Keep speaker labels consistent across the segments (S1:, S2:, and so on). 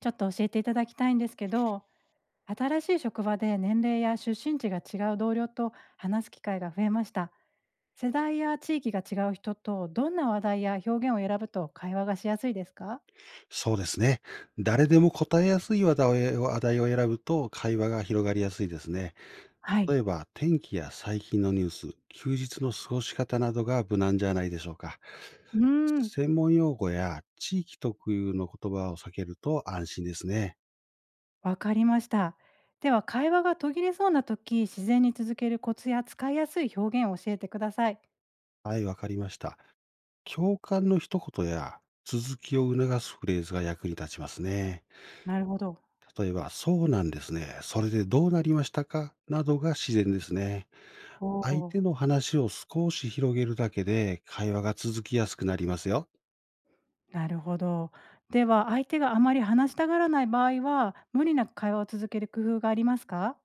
S1: ちょっと教えていただきたいんですけど、新しい職場で年齢や出身地が違う同僚と話す機会が増えました。世代や地域が違う人とどんな話題や表現を選ぶと会話がしやすいですか？
S2: そうですね。誰でも答えやすい話題を選ぶと会話が広がりやすいですね。
S1: はい。
S2: 例えば、天気や最近のニュース、休日の過ごし方などが無難じゃないでしょうか。
S1: うーん、
S2: 専門用語や地域特有の言葉を避けると安心ですね。
S1: わかりました。では会話が途切れそうな時、自然に続けるコツや使いやすい表現を教えてください。
S2: はい、わかりました。共感の一言や続きを促すフレーズが役に立ちますね。
S1: なるほど。
S2: 例えば、そうなんですね。それでどうなりましたかなどが自然ですね。
S1: お
S2: 相手
S1: お、
S2: の話を少し広げるだけで会話が続きやすくなりますよ。
S1: なるほど。では相手があまり話したがらない場合は、無理なく会話を続ける工夫がありますか？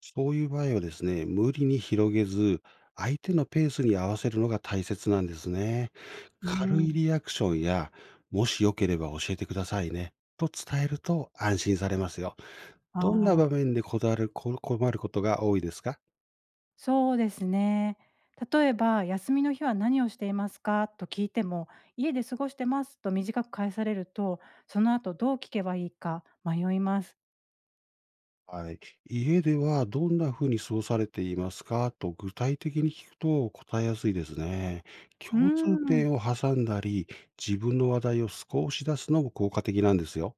S2: そういう場合はですね、無理に広げず、相手のペースに合わせるのが大切なんですね。
S1: う
S2: 軽い
S1: ん、
S2: リアクションや、もしよければ教えてくださいね、と伝えると安心されますよ。どんな
S1: あ
S2: 場
S1: あ、
S2: 面でこだわる、こ困ることが多いですか？
S1: そうですね。例えば「休みの日は何をしていますか？」と聞いても「家で過ごしてます」と短く返されると、その後どう聞けばいいか迷います。
S2: はい。家ではどんなふうに過ごされていますかと具体的に聞くと答えやすいですね。
S1: うー
S2: 共通
S1: ん、
S2: 点を挟んだり、自分の話題を少し出すのも効果的なんですよ。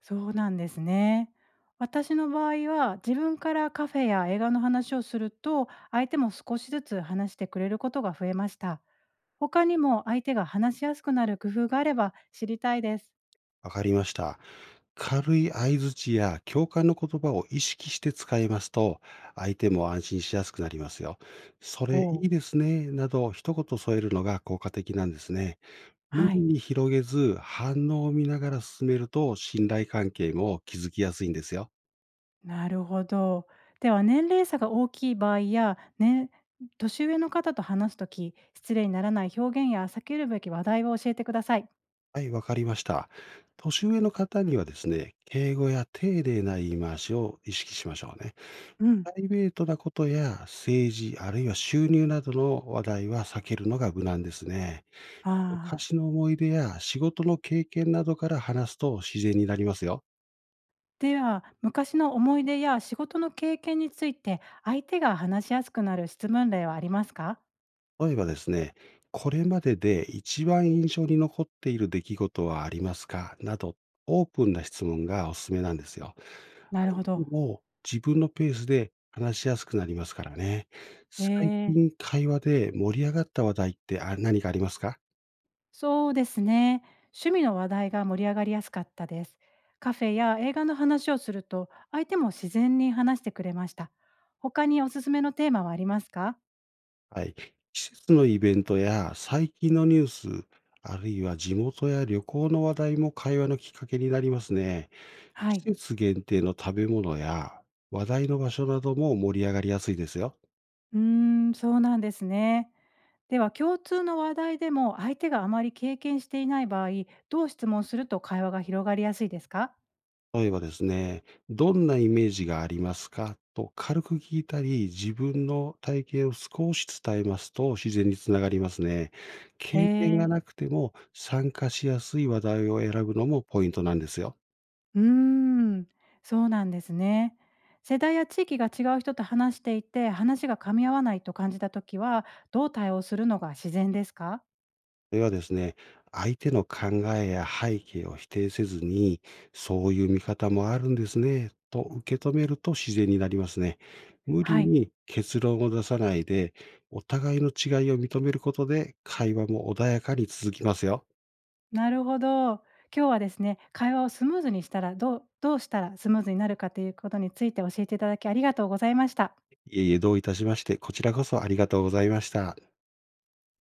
S1: そうなんですね。私の場合は、自分からカフェや映画の話をすると、相手も少しずつ話してくれることが増えました。他にも相手が話しやすくなる工夫があれば知りたいです。
S2: わかりました。軽い相槌や共感の言葉を意識して使いますと、相手も安心しやすくなりますよ。それい
S1: ほう、
S2: いですね、など一言添えるのが効果的なんですね。無
S1: は
S2: 理
S1: い。
S2: に広げず、反応を見ながら進めると信頼関係も築きやすいんですよ。
S1: なるほど。では、年齢差が大きい場合や、ね、年上の方と話すとき、失礼にならない表現や避けるべき話題を教えてください。
S2: はい、わかりました。年上の方にはですね、敬語や丁寧な言い回しを意識しましょうね。
S1: うん。
S2: プライベートなことや政治、あるいは収入などの話題は避けるのが無難ですね。
S1: ああ。
S2: 昔の思い出や仕事の経験などから話すと自然になりますよ。
S1: では、昔の思い出や仕事の経験について、相手が話しやすくなる質問例はありますか？
S2: 例えばですね、これまでで一番印象に残っている出来事はありますかなど、オープンな質問がおすすめなんですよ。
S1: なるほ
S2: 相
S1: ど。
S2: 手も自分のペースで話しやすくなりますからね。最
S1: え
S2: 近
S1: え、
S2: 会話で盛り上がった話題って何かありますか？
S1: そうですね。趣味の話題が盛り上がりやすかったです。カフェや映画の話をすると、相手も自然に話してくれました。他におすすめのテーマはありますか？
S2: はい。季節のイベントや最近のニュース、あるいは地元や旅行の話題も会話のきっかけになりますね。
S1: は
S2: 季
S1: い。
S2: 節限定の食べ物や話題の場所なども盛り上がりやすいですよ。
S1: うーん、そうなんですね。では、共通の話題でも相手があまり経験していない場合、どう質問すると会話が広がりやすいですか？
S2: 例えばですね、どんなイメージがありますかと軽く聞いたり、自分の体験を少し伝えますと自然につながりますね。
S1: へ
S2: 経験が
S1: え。
S2: なくても参加しやすい話題を選ぶのもポイントなんですよ。
S1: うーん、そうなんですね。世代や地域が違う人と話していて、話が噛み合わないと感じたときは、どう対応するのが自然ですか？
S2: それはですね、相手の考えや背景を否定せずに、そういう見方もあるんですね、と受け止めると自然になりますね。無理
S1: はい、
S2: に結論を出さないで、お互いの違いを認めることで、会話も穏やかに続きますよ。
S1: なるほど。今日はですね、会話をスムーズにしたら、どうしたらスムーズになるかということについて教えていただきありがとうございました。
S2: いえいえ、どういたしまして、こちらこそありがとうございました。